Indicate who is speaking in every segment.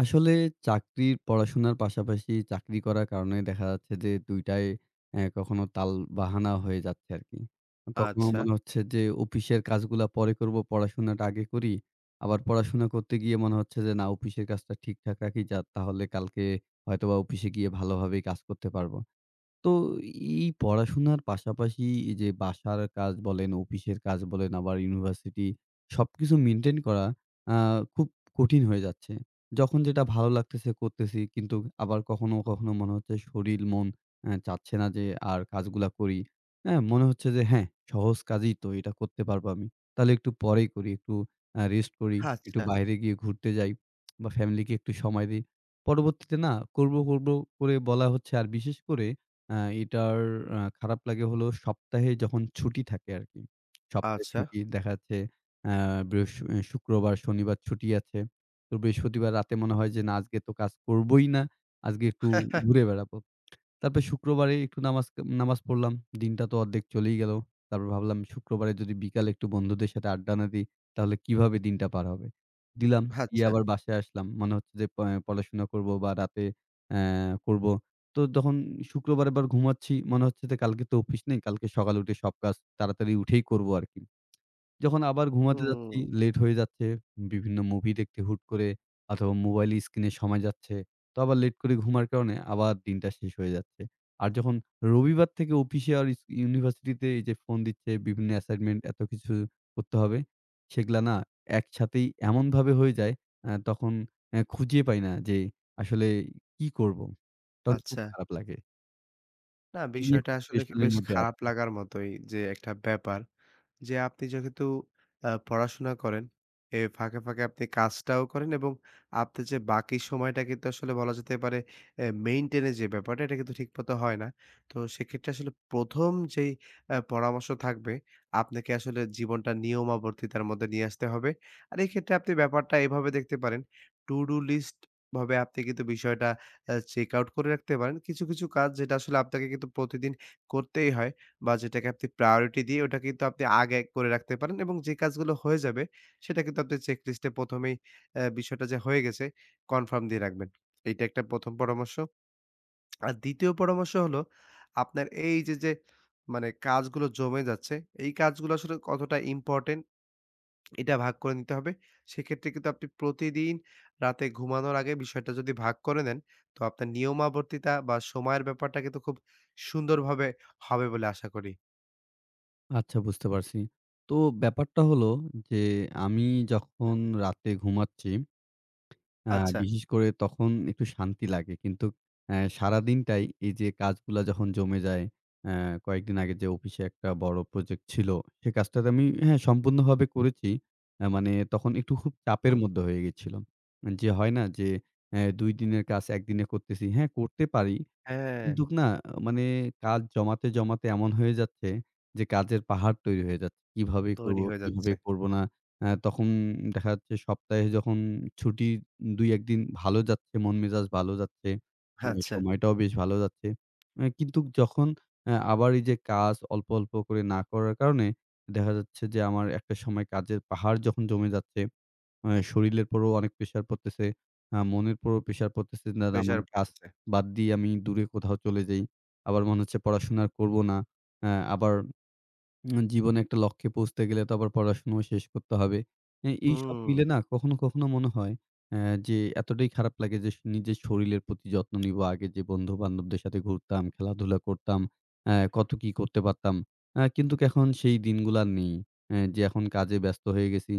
Speaker 1: আসলে চাকরির পড়াশোনার পাশাপাশি চাকরি করার কারণে দেখা যাচ্ছে যে ২ টায় কখনো তালবাহানা হয়ে যাচ্ছে আরকি। কখনো
Speaker 2: আচ্ছা,
Speaker 1: মনে হচ্ছে যে অফিসের কাজগুলা পরে করব, পড়াশোনাটা আগে করি। আবার পড়াশোনা করতে গিয়ে মনে হচ্ছে যে না অফিসের কাজটা ঠিকঠাক রাখি যা তাহলে কালকে হয়তোবা অফিসে গিয়ে ভালোভাবেই কাজ করতে পারব। তো এই পড়াশোনার পাশাপাশি এই যে বাসার কাজ বলেন, অফিসের কাজ বলেন, আবার ইউনিভার্সিটি সবকিছু মেইনটেইন করা আ খুব কঠিন হয়ে যাচ্ছে। যখন যেটা ভালো লাগতেছে করতেছি। কিন্তু আবার কখনো, কখনো মনে হচ্ছে শরীর মন চাচ্ছে না যে আর কাজগুলা করি। হ্যাঁ? মনে হচ্ছে যে হ্যাঁ, সহজ কাজই তো এটা করতে পারবো আমি। তাহলে একটু পরেই করি, একটু রেস্ট করি, একটু
Speaker 2: আচ্ছা,
Speaker 1: বাইরে গিয়ে ঘুরতে যাই বা ফ্যামিলিকে একটু সময় দেই। পরবর্তীতে না করব, করব করে বলা হচ্ছে আর বিশেষ করে আ এটার খারাপ লাগে হলো সপ্তাহে যখন ছুটি থাকে আরকি। সপ্তাহে
Speaker 2: আচ্ছা,
Speaker 1: ছুটি দেখা যাচ্ছে আ শুক্রবার, শনিবার ছুটি আছে। তো বৃহস্পতিবার রাতে মনে হয় যে, "না আজকে তো কাজ করবোই না। আজকে একটু ঘুরে বেড়াবো।" তারপরে শুক্রবারে একটু নামাজ পড়লাম। দিনটা তো অর্ধেক চলেই গেল। তারপর ভাবলাম শুক্রবারে যদি বিকালে একটু বন্ধুদের সাথে আড্ডা না দিই, তাহলে কিভাবে দিনটা পার হবে? দিলাম। দিয়ে
Speaker 2: আচ্ছা।
Speaker 1: আবার বাসায় আসলাম। মনে হচ্ছে যে পড়াশোনা করব বা রাতে অ্যা করব। তো তখন শুক্রবার আবার ঘুমাচ্ছি। মনে হচ্ছে যে কালকে তো অফিস নেই। কালকে সকালে উঠে সব কাজ তাড়াতাড়ি উঠেই করব আরকি। যখন আবার ঘুমাতে
Speaker 2: হুম,
Speaker 1: যাচ্ছি, লেট হয়ে যাচ্ছে। বিভিন্ন মুভি দেখতে হুট করে অথবা মোবাইল স্ক্রিনে সময় যাচ্ছে। তো আবার লেট করে ঘুমার কারণে আবার দিনটা শেষ হয়ে যাচ্ছে। আর যখন রবিবার থেকে অফিসে আর ইউনিভার্সিটিতে এই যে ফোন দিচ্ছে, বিভিন্ন অ্যাসাইনমেন্ট এত কিছু করতে হবে। সেগুলা না একসাথেই এমনভাবে হয়ে যায় তখন খুঁজে পাই না যে আসলে কি করব? তখন খুব
Speaker 2: আচ্ছা।
Speaker 1: খারাপ লাগে।
Speaker 2: না
Speaker 1: এ নিয়ে
Speaker 2: বিষয়টা
Speaker 1: খুব
Speaker 2: আসলে কি
Speaker 1: পেরেশানির
Speaker 2: বেশ
Speaker 1: মধ্যে
Speaker 2: খারাপ
Speaker 1: আছি।
Speaker 2: লাগার মতোই যে একটা ব্যাপার। যে আপনি যেহেতু পড়াশোনা করেন, এ ফাঁকে, ফাঁকে আপনি কাজটাও করেন এবং আপনার যে বাকি সময়টা কিন্তু আসলে বলা যেতে পারে এ মেইনটেইন এর যে ব্যাপারটা এটা কিন্তু ঠিকমতো হয় না। তো সেক্ষেত্রে আসলে ১ম যেই পরামর্শ থাকবে আপনাকে আসলে জীবনটা নিয়মাবর্তিতার মধ্যে নিয়ে আসতে হবে। আর এক্ষেত্রে আপনি ব্যাপারটা এভাবে দেখতে পারেন, to do list ভাবে আপনি কিন্তু বিষয়টা চেক আউট করে রাখতে পারেন। কিছু, কিছু কাজ যেটা আসলে আপনাকে কিন্তু প্রতিদিন করতেই হয়। বা যেটাকে আপনি priority দিয়ে ওটা কিন্তু আপনি আগে করে রাখতে পারেন এবং যে কাজগুলো হয়ে যাবে সেটা কিন্তু আপনি চেক লিস্টে ১ম এই বিষয়টা যে হয়ে গেছে কনফার্ম দিয়ে রাখবেন। এইটা একটা ১ম পরামর্শ। আর ২য় পরামর্শ হলো আপনার এই যে মানে কাজগুলো জমে যাচ্ছে, এই কাজগুলো আসলে কতটা ইম্পোর্টেন্ট এটা ভাগ করে নিতে হবে। সেক্ষেত্রে কিন্তু আপনি প্রতিদিন রাতে ঘুমানোর আগে বিষয়টা যদি ভাগ করে নেন, তো আপনার নিয়মাবর্তিতা বা সময়ের ব্যাপারটা কিন্তু খুব সুন্দরভাবে হবে বলে আশা করি।
Speaker 1: আচ্ছা বুঝতে পারছি। তো ব্যাপারটা হলো যে আমি যখন রাতে ঘুমাচ্ছি আ
Speaker 2: আচ্ছা।
Speaker 1: বিশেষ করে তখন একটু শান্তি লাগে। কিন্তু সারাদিনটাই এই যে কাজগুলা যখন জমে যায়, অ্যা কয়েকদিন আগে যে অফিসে একটা বড় প্রজেক্ট ছিল, সে কাজটাতে আমি হ্যাঁ, সম্পূর্ণভাবে করেছি। মানে তখন একটু খুব চাপের মধ্যে হয়ে গেছিল। যে হয় না যে ২ দিনের কাজ ১ দিনে করতেছি। হ্যাঁ, করতে পারি।
Speaker 2: হ্যাঁ,
Speaker 1: কিন্তু না মানে কাজ জমাতে, জমাতে এমন হয়ে যাচ্ছে যে কাজের পাহাড় তৈরি হয়ে যাচ্ছে। কিভাবে করব,
Speaker 2: তৈরি হয়ে যাচ্ছে।
Speaker 1: কিভাবে করব না। তখন দেখা যাচ্ছে সপ্তাহে যখন ছুটি ২-১ দিন ভালো যাচ্ছে, মন মেজাজ ভালো যাচ্ছে।
Speaker 2: আচ্ছা,
Speaker 1: সময়টাও বেশ ভালো যাচ্ছে। কিন্তু যখন আবার এই যে কাজ অল্প, অল্প করে না করার কারণে দেখা যাচ্ছে যে আমার একটা সময় কাজের পাহাড় যখন জমে যাচ্ছে, শরীরের উপরেও অনেক প্রেশার পড়তেছে, মনের উপরেও প্রেশার পড়তেছে। না, না
Speaker 2: প্রেশার
Speaker 1: মানে কাজ
Speaker 2: পড়তেছে।
Speaker 1: বাদ দিয়ে আমি দূরে কোথাও চলে যাই। আবার মনে হচ্ছে পড়াশোনা আর করব না। আবার জীবনে একটা লক্ষ্যে পৌঁছতে গেলে তো আবার পড়াশোনাও শেষ করতে হবে। এ এইসব
Speaker 2: হুম,
Speaker 1: মিলে না কখনো, কখনো মনে হয় অ্যা যে এতটাই খারাপ লাগে যে নিজের শরীরের প্রতি যত্ন নিব। আগে যে বন্ধু-বান্ধবদের সাথে ঘুরতাম, খেলাধুলা করতাম, কত কি করতে পারতাম। কিন্তু এখন সেই দিনগুলো আর নেই। যে এখন কাজে ব্যস্ত হয়ে গেছি।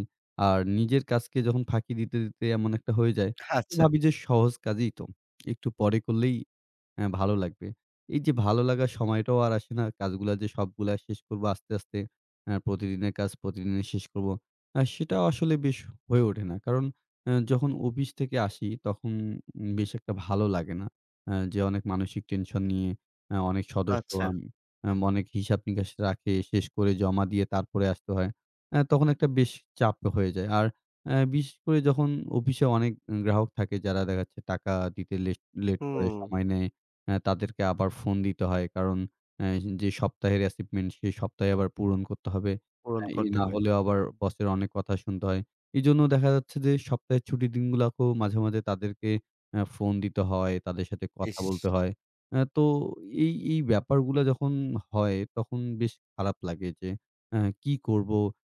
Speaker 1: আর নিজের কাজকে যখন ফাঁকি দিতে, দিতে এমন একটা হয়ে যায় যে
Speaker 2: আচ্ছা,
Speaker 1: ভাবি যে সহজ কাজই তো। একটু পরে করলেই হ্যাঁ, ভালো লাগবে। এই যে ভালো লাগার সময়টাও আর আসে না। কাজগুলা যে সবগুলা শেষ করবো আস্তে, আস্তে প্রতিদিনের কাজ প্রতিদিনে শেষ করব। সেটাও আসলে বেশ হয়ে ওঠে না। কারণ যখন অফিস থেকে আসি তখন বেশ একটা ভালো লাগে না। যে অনেক মানসিক টেনশন নিয়ে অনেক সদস্য
Speaker 2: আচ্ছা।
Speaker 1: আম আম অনেক হিসাব-নিকাশ রাখে, শেষ করে জমা দিয়ে তারপরে আসতে হয়। তখন একটা বেশ চাপ হয়ে যায়। আর বিশেষ করে যখন অফিসে অনেক গ্রাহক থাকে যারা দেখা যাচ্ছে টাকা দিতে লেট লেট করে,
Speaker 2: হুম,
Speaker 1: সময় নেয়। তাদেরকে আবার ফোন দিতে হয়। কারণ অ্যা যে সপ্তাহের অ্যাসাইনমেন্ট সেই সপ্তাহে আবার পূরণ করতে হবে।
Speaker 2: পূরণ
Speaker 1: এ
Speaker 2: করতে
Speaker 1: না
Speaker 2: হয়।
Speaker 1: হলে আবার বসের অনেক কথা শুনতে হয়। এজন্য দেখা যাচ্ছে যে সপ্তাহের ছুটির দিনগুলাকেও মাঝে, মাঝে তাদেরকে ফোন দিতে হয়, তাদের সাথে কথা
Speaker 2: ইস!
Speaker 1: বলতে হয়। তো এই, এই ব্যাপারগুলা যখন হয় তখন বেশ খারাপ লাগে যে কি করব?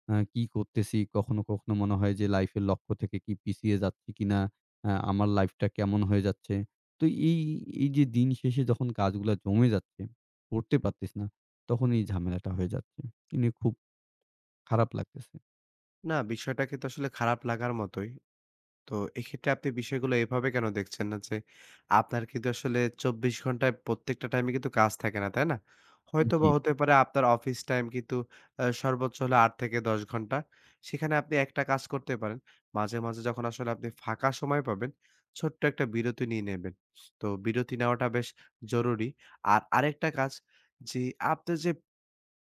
Speaker 1: কি করতেছি? কখনো, কখনো মনে হয় যে লাইফের লক্ষ্য থেকে কি পিছিয়ে যাচ্ছি কিনা? আমার লাইফটা কেমন হয়ে যাচ্ছে? তো এই, এই যে দিন শেষে যখন কাজগুলা জমে যাচ্ছে, করতে পারতেছি না, তখন এই ঝামেলাটা হয়ে যাচ্ছে। এ নিয়ে খুব খারাপ লাগতেছে।
Speaker 2: না বিষয়টা কিন্তু আসলে খারাপ লাগার মতোই। তো এক্ষেত্রে আপনি বিষয়গুলো এভাবে কেন দেখছেন না যে, আপনার কিন্তু আসলে ২৪ ঘন্টায় প্রত্যেকটা টাইমে কিন্তু কাজ থাকে না, তাই না?
Speaker 1: জি,
Speaker 2: হয়তোবা হতে পারে আপনার অফিস টাইম কিন্তু সর্বোচ্চ হলো ৮ থেকে ১০ ঘন্টা। সেখানে আপনি একটা কাজ করতে পারেন। মাঝে, মাঝে যখন আসলে আপনি ফাঁকা সময় পাবেন, ছোট্ট একটা বিরতি নিয়ে নেবেন। তো বিরতি নেওয়াটা বেশ জরুরি। আর আরেকটা কাজ যে, আপনার যে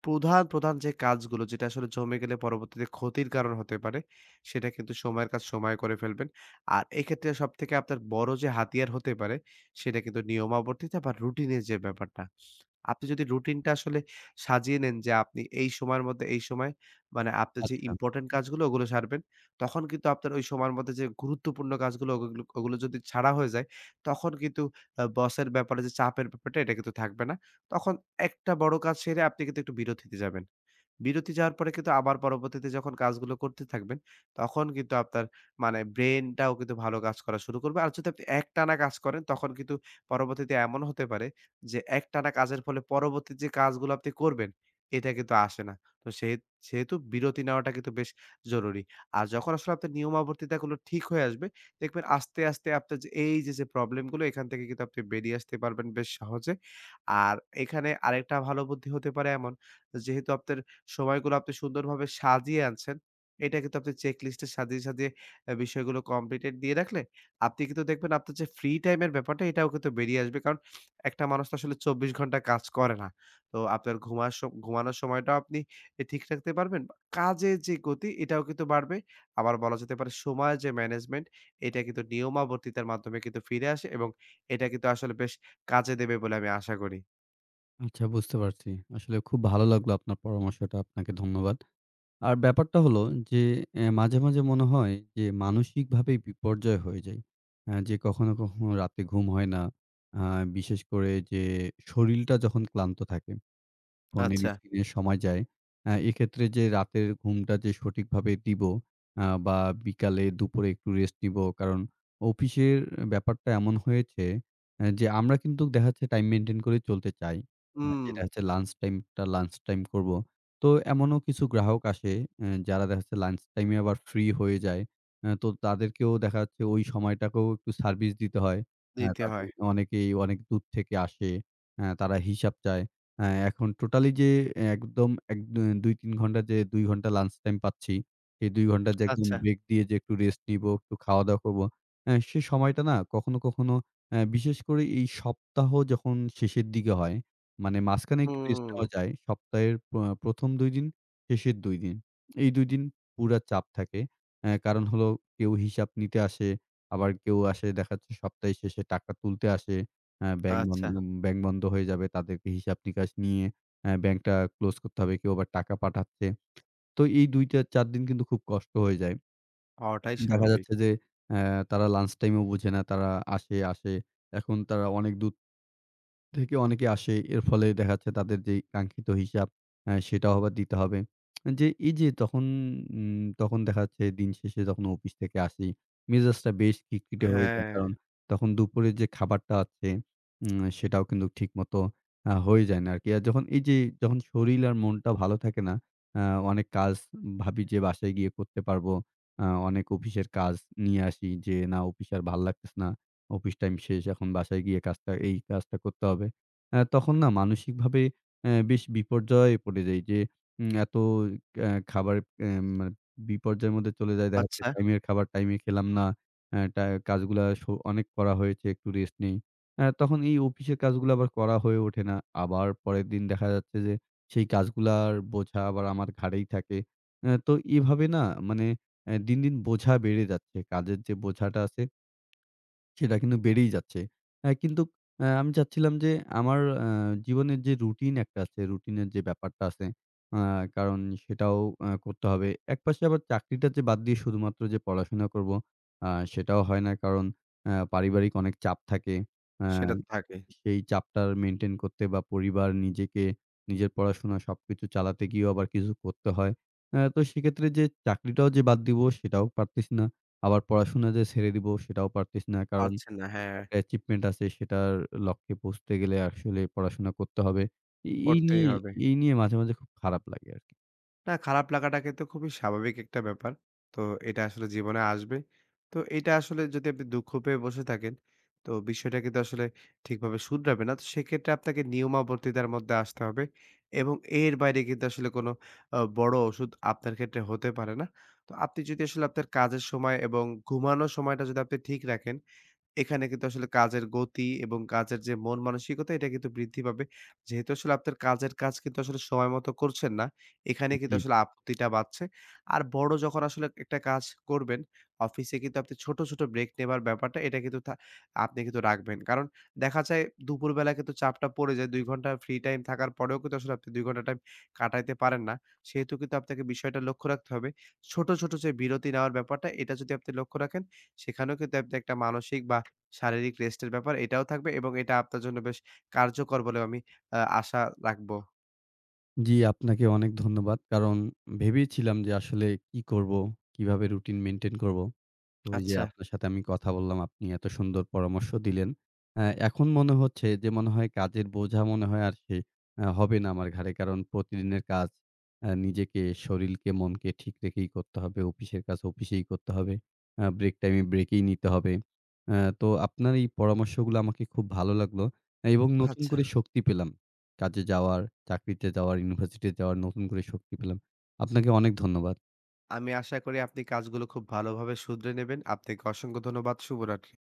Speaker 2: প্রধান, প্রধান যে কাজগুলো যেটা আসলে জমে গেলে পরবর্তীতে ক্ষতির কারণ হতে পারে, সেটা কিন্তু সময়ের কাজ সময়ে করে ফেলবেন। আর এক্ষেত্রে সবথেকে আপনার বড় যে হাতিয়ার হতে পারে, সেটা কিন্তু নিয়মাবর্তিতা বা রুটিনের যে ব্যাপারটা। আপনি যদি রুটিনটা আসলে সাজিয়ে নেন যে আপনি এই সময়ের মধ্যে এই সময় মানে আপনার যে
Speaker 1: আচ্ছা।
Speaker 2: ইম্পোর্টেন্ট কাজগুলো ওগুলো সারবেন। তখন কিন্তু আপনার ওই সময়ের মধ্যে যে গুরুত্বপূর্ণ কাজগুলো ওগুলো ওগুলো যদি ছাড়া হয়ে যায় তখন কিন্তু বসের ব্যাপারে যে চাপের ব্যাপারটা এটা কিন্তু থাকবে না। তখন একটা বড় কাজ সেরে আপনি কিন্তু একটু বিরতিতে যাবেন। বিরতি যাওয়ার পরে কিন্তু আবার পরবর্তীতে যখন কাজগুলো করতে থাকবেন, তখন কিন্তু আপনার মানে ব্রেইনটাও কিন্তু ভালো কাজ করা শুরু করবে। আর যদি আপনি একটানা কাজ করেন, তখন কিন্তু পরবর্তীতে এমন হতে পারে যে, একটানা কাজের ফলে পরবর্তী যে কাজগুলো আপনি করবেন, এটা কিন্তু আসে না। তো সেহেতু বিরতি নেওয়াটা কিন্তু বেশ জরুরি। আর যখন আসলে আপনার নিয়মাবর্তিতাগুলো ঠিক হয়ে আসবে, দেখবেন আস্তে, আস্তে আপনার যে এই যে প্রবলেমগুলো, এখান থেকে কিন্তু আপনি বেরিয়ে আসতে পারবেন বেশ সহজে। আর এখানে আরেকটা ভালো বুদ্ধি হতে পারে এমন, যেহেতু আপনার সময়গুলো আপনি সুন্দরভাবে সাজিয়ে আনছেন। এটা কিন্তু আপনি চেক লিস্টে সাজিয়ে, সাজিয়ে বিষয়গুলো কমপ্লিটেড দিয়ে রাখলে, আপনি কিন্তু দেখবেন আপনার যে ফ্রি টাইম এর ব্যাপারটা এটাও কিন্তু বেরিয়ে আসবে। কারণ একটা মানুষ তো আসলে ২৪ ঘন্টা কাজ করে না। তো আপনার ঘুমার স ঘুমানোর সময়টাও আপনি এ ঠিক রাখতে পারবেন। বা কাজের যে গতি এটাও কিন্তু বাড়বে। আবার বলা যেতে পারে সময়ের যে ম্যানেজমেন্ট এটা কিন্তু নিয়মাবর্তিতার মাধ্যমে কিন্তু ফিরে আসে এবং এটা কিন্তু আসলে বেশ কাজে দেবে বলে আমি আশা করি।
Speaker 1: আচ্ছা বুঝতে পারছি। আসলে খুব ভালো লাগলো আপনার পরামর্শটা। আপনাকে ধন্যবাদ। আর ব্যাপারটা হলো যে মাঝে, মাঝে মনে হয় যে মানসিকভাবেই বিপর্যয় হয়ে যাই। যে কখনো, কখনো রাতে ঘুম হয় না। আ বিশেষ করে যে শরীলটা যখন ক্লান্ত থাকে। ফোনের
Speaker 2: আচ্ছা।
Speaker 1: স্ক্রিনে সময় যায়। এক্ষেত্রে যে রাতের ঘুমটা যে সঠিকভাবে দিবো বা বিকালে দুপুরে একটু রেস্ট নিবো। কারণ অফিসের ব্যাপারটা এমন হয়েছে যে আমরা কিন্তু দেখা যাচ্ছে টাইম মেইনটেইন করে চলতে চাই।
Speaker 2: হুম,
Speaker 1: যেটা হচ্ছে লাঞ্চ টাইমটা লাঞ্চ টাইম করবো। তো এমনও কিছু গ্রাহক আসে যারা দেখা যাচ্ছে লাঞ্চ টাইমে আবার ফ্রি হয়ে যায়। তো তাদেরকেও দেখা যাচ্ছে ওই সময়টাকেও একটু সার্ভিস দিতে হয়।
Speaker 2: দিতে
Speaker 1: তাদের
Speaker 2: হয়।
Speaker 1: অনেকেই অনেক দূর থেকে আসে। তারা হিসাব চায়। হ্যাঁ, এখন টোটালি যে একদম এক দু ২-৩ ঘন্টা যে ২ ঘন্টা লাঞ্চ টাইম পাচ্ছি, এই ২ ঘন্টা যে একদম
Speaker 2: আচ্ছা।
Speaker 1: ব্রেক দিয়ে যে একটু রেস্ট নিবো, একটু খাওয়া-দাওয়া করবো। সে সময়টা না কখনো, কখনো বিশেষ করে এই সপ্তাহ যখন শেষের দিকে হয়, মানে মাঝখানে একটু রেস্ট
Speaker 2: হুম,
Speaker 1: নেওয়া যায়। সপ্তাহের ১ম ২ দিন, শেষের ২ দিন। এই ২ দিন পুরা চাপ থাকে। কারণ হলো কেউ হিসাব নিতে আসে, আবার কেউ আসে দেখা যাচ্ছে সপ্তাহের শেষে টাকা তুলতে আসে। অ্যা ব্যাংক
Speaker 2: আচ্ছা,
Speaker 1: বন্ধ ব্যাংক বন্ধ হয়ে যাবে। তাদেরকে হিসাব-নিকাশ নিয়ে ব্যাংকটা ক্লোজ করতে হবে। কেউ আবার টাকা পাঠাচ্ছে। তো এই ২-৪ দিন কিন্তু খুব কষ্ট হয়ে যায়।
Speaker 2: হওয়াটাই
Speaker 1: দেখা
Speaker 2: স্বাভাবিক।
Speaker 1: যাচ্ছে যে অ্যা তারা লাঞ্চ টাইমেও বুঝে না। তারা আসে, আসে। এখন তারা অনেক দূর থেকে অনেকে আসে। এর ফলে দেখা যাচ্ছে তাদের যেই কাঙ্ক্ষিত হিসাব সেটাও আবার দিতে হবে। যে এই যে তখন তখন দেখা যাচ্ছে দিন শেষে যখন অফিস থেকে আসি, মেজাজটা বেশ খিটখিটে হয়ে যায়।
Speaker 2: হ্যাঁ,
Speaker 1: কারণ তখন দুপুরের যে খাবারটা আছে সেটাও কিন্তু ঠিকমতো হয়ে যায় না আরকি। আর যখন এই যে যখন শরীর আর মনটা ভালো থাকে না, আ অনেক কাজ ভাবি যে বাসায় গিয়ে করতে পারবো। অনেক অফিসের কাজ নিয়ে আসি যে না অফিস আর ভাল লাগতেছে না। অফিস টাইম শেষ। এখন বাসায় গিয়ে এই কাজটা করতে হবে। তখন না মানসিকভাবে বেশ বিপর্যয়ে পড়ে যাই যে এত খাবার অ্যা মানে বিপর্যয়ের মধ্যে চলে যায়। দেখা যাচ্ছে
Speaker 2: আচ্ছা
Speaker 1: টাইমের খাবার টাইমে খেলাম না। আ টা কাজগুলা স অনেক করা হয়েছে, একটু রেস্ট নেই। তখন এই অফিসের কাজগুলো আবার করা হয়ে ওঠে না। আবার পরের দিন দেখা যাচ্ছে যে সেই কাজগুলার বোঝা আবার আমার ঘাড়েই থাকে। তো এভাবে না মানে দিন, দিন বোঝা বেড়ে যাচ্ছে। কাজের যে বোঝাটা আছে সেটা কিন্তু বেড়েই যাচ্ছে। অ্যা কিন্তু অ্যা আমি চাচ্ছিলাম যে আমার আ জীবনের যে রুটিন একটা আছে, রুটিনের যে ব্যাপারটা আছে, আ কারণ সেটাও করতে হবে। একপাশে আবার চাকরিটা যে বাদ দিয়ে শুধুমাত্র যে পড়াশোনা করব, সেটাও হয় না। কারণ পারিবারিক অনেক চাপ থাকে। আ
Speaker 2: সেটা তো থাকে।
Speaker 1: সেই চাপটার মেইনটেইন করতে বা পরিবার, নিজেকে, নিজের পড়াশোনা সবকিছু চালাতে গিয়েও আবার কিছু করতে হয়। তো সেক্ষেত্রে যে চাকরিটাও যে বাদ দিব, সেটাও পারতেছি না। আবার পড়াশোনা যে ছেড়ে দিব সেটাও পারতেছি না। কারণ
Speaker 2: পারছেন না, হ্যাঁ,
Speaker 1: একটা অ্যাচিভমেন্ট আছে সেটার লক্ষ্যে পৌঁছতে গেলে আসলে পড়াশোনা করতে হবে। এই এই
Speaker 2: করতেই
Speaker 1: নিয়ে
Speaker 2: হবে।
Speaker 1: এই নিয়ে মাঝে, মাঝে খুব খারাপ লাগে আরকি।
Speaker 2: না খারাপ লাগাটা কিন্তু খুবই স্বাভাবিক একটা ব্যাপার। তো এটা আসলে জীবনে আসবে। তো এটা আসলে যদি আপনি দুঃখ পেয়ে বসে থাকেন, তো বিষয়টা কিন্তু আসলে ঠিকভাবে শুধরাবে না। তো সেক্ষেত্রে আপনাকে নিয়মাবর্তিতার মধ্যে আসতে হবে এবং এর বাইরে কিন্তু আসলে কোনো বড় ওষুধ আপনার ক্ষেত্রে হতে পারে না। তো আপনি যদি আসলে আপনার কাজের সময় এবং ঘুমানোর সময়টা যদি আপনি ঠিক রাখেন এখানে কিন্তু আসলে কাজের গতি এবং কাজের যে মন মানসিকতা এটা কিন্তু বৃদ্ধি পাবে। যেহেতু আসলে আপনার কাজের কাজ কিন্তু আসলে সময় মতো করছেন না, এখানে কিন্তু
Speaker 1: জি।
Speaker 2: আসলে আপত্তিটা বাড়ছে। আর বড় যখন আসলে একটা কাজ করবেন, অফিসে কিন্তু আপনি ছোট, ছোট ব্রেক নেবার ব্যাপারটা এটা কিন্তু আপনি কিন্তু রাখবেন। কারণ দেখা যায় দুপুরবেলা কিন্তু চাপটা পড়ে যায়। ২ ঘন্টা ফ্রি টাইম থাকার পরেও কিন্তু আসলে আপনি ২ ঘন্টা টাইম কাটাইতে পারেন না। সেহেতু কিন্তু আপনাকে বিষয়টা লক্ষ্য রাখতে হবে। ছোট, ছোট যে বিরতি নেওয়ার ব্যাপারটা এটা যদি আপনি লক্ষ্য রাখেন, সেখানেও কিন্তু আপনি একটা মানসিক বা শারীরিক রেস্টের ব্যাপার এটাও থাকবে এবং এটা আপনার জন্য বেশ কার্যকর বলেও আমি আশা রাখবো।
Speaker 1: জি, আপনাকে অনেক ধন্যবাদ। কারণ ভেবেছিলাম যে আসলে কি করব? কিভাবে রুটিন মেইনটেইন করব? তো ওই যে
Speaker 2: আচ্ছা।
Speaker 1: আপনার সাথে আমি কথা বললাম, আপনি এত সুন্দর পরামর্শ দিলেন। এখন মনে হচ্ছে যে মনে হয় কাজের বোঝা মনে হয় আর সে আ হবে না আমার ঘাড়ে। কারণ প্রতিদিনের কাজ নিজেকে, শরীরকে, মনকে ঠিক রেখেই করতে হবে। অফিসের কাজ অফিসেই করতে হবে। ব্রেক টাইমে ব্রেকেই নিতে হবে। তো আপনার এই পরামর্শগুলো আমাকে খুব ভালো লাগলো এবং নতুন
Speaker 2: আচ্ছা।
Speaker 1: করে শক্তি পেলাম। কাজে যাওয়ার, চাকরিতে যাওয়ার, ইউনিভার্সিটি যাওয়ার নতুন করে শক্তি পেলাম। আপনাকে অনেক ধন্যবাদ।
Speaker 2: আমি আশা করি আপনি কাজগুলো খুব ভালোভাবে শুধরে নেবেন। আপনাকে অসংখ্য ধন্যবাদ। শুভরাত্রি।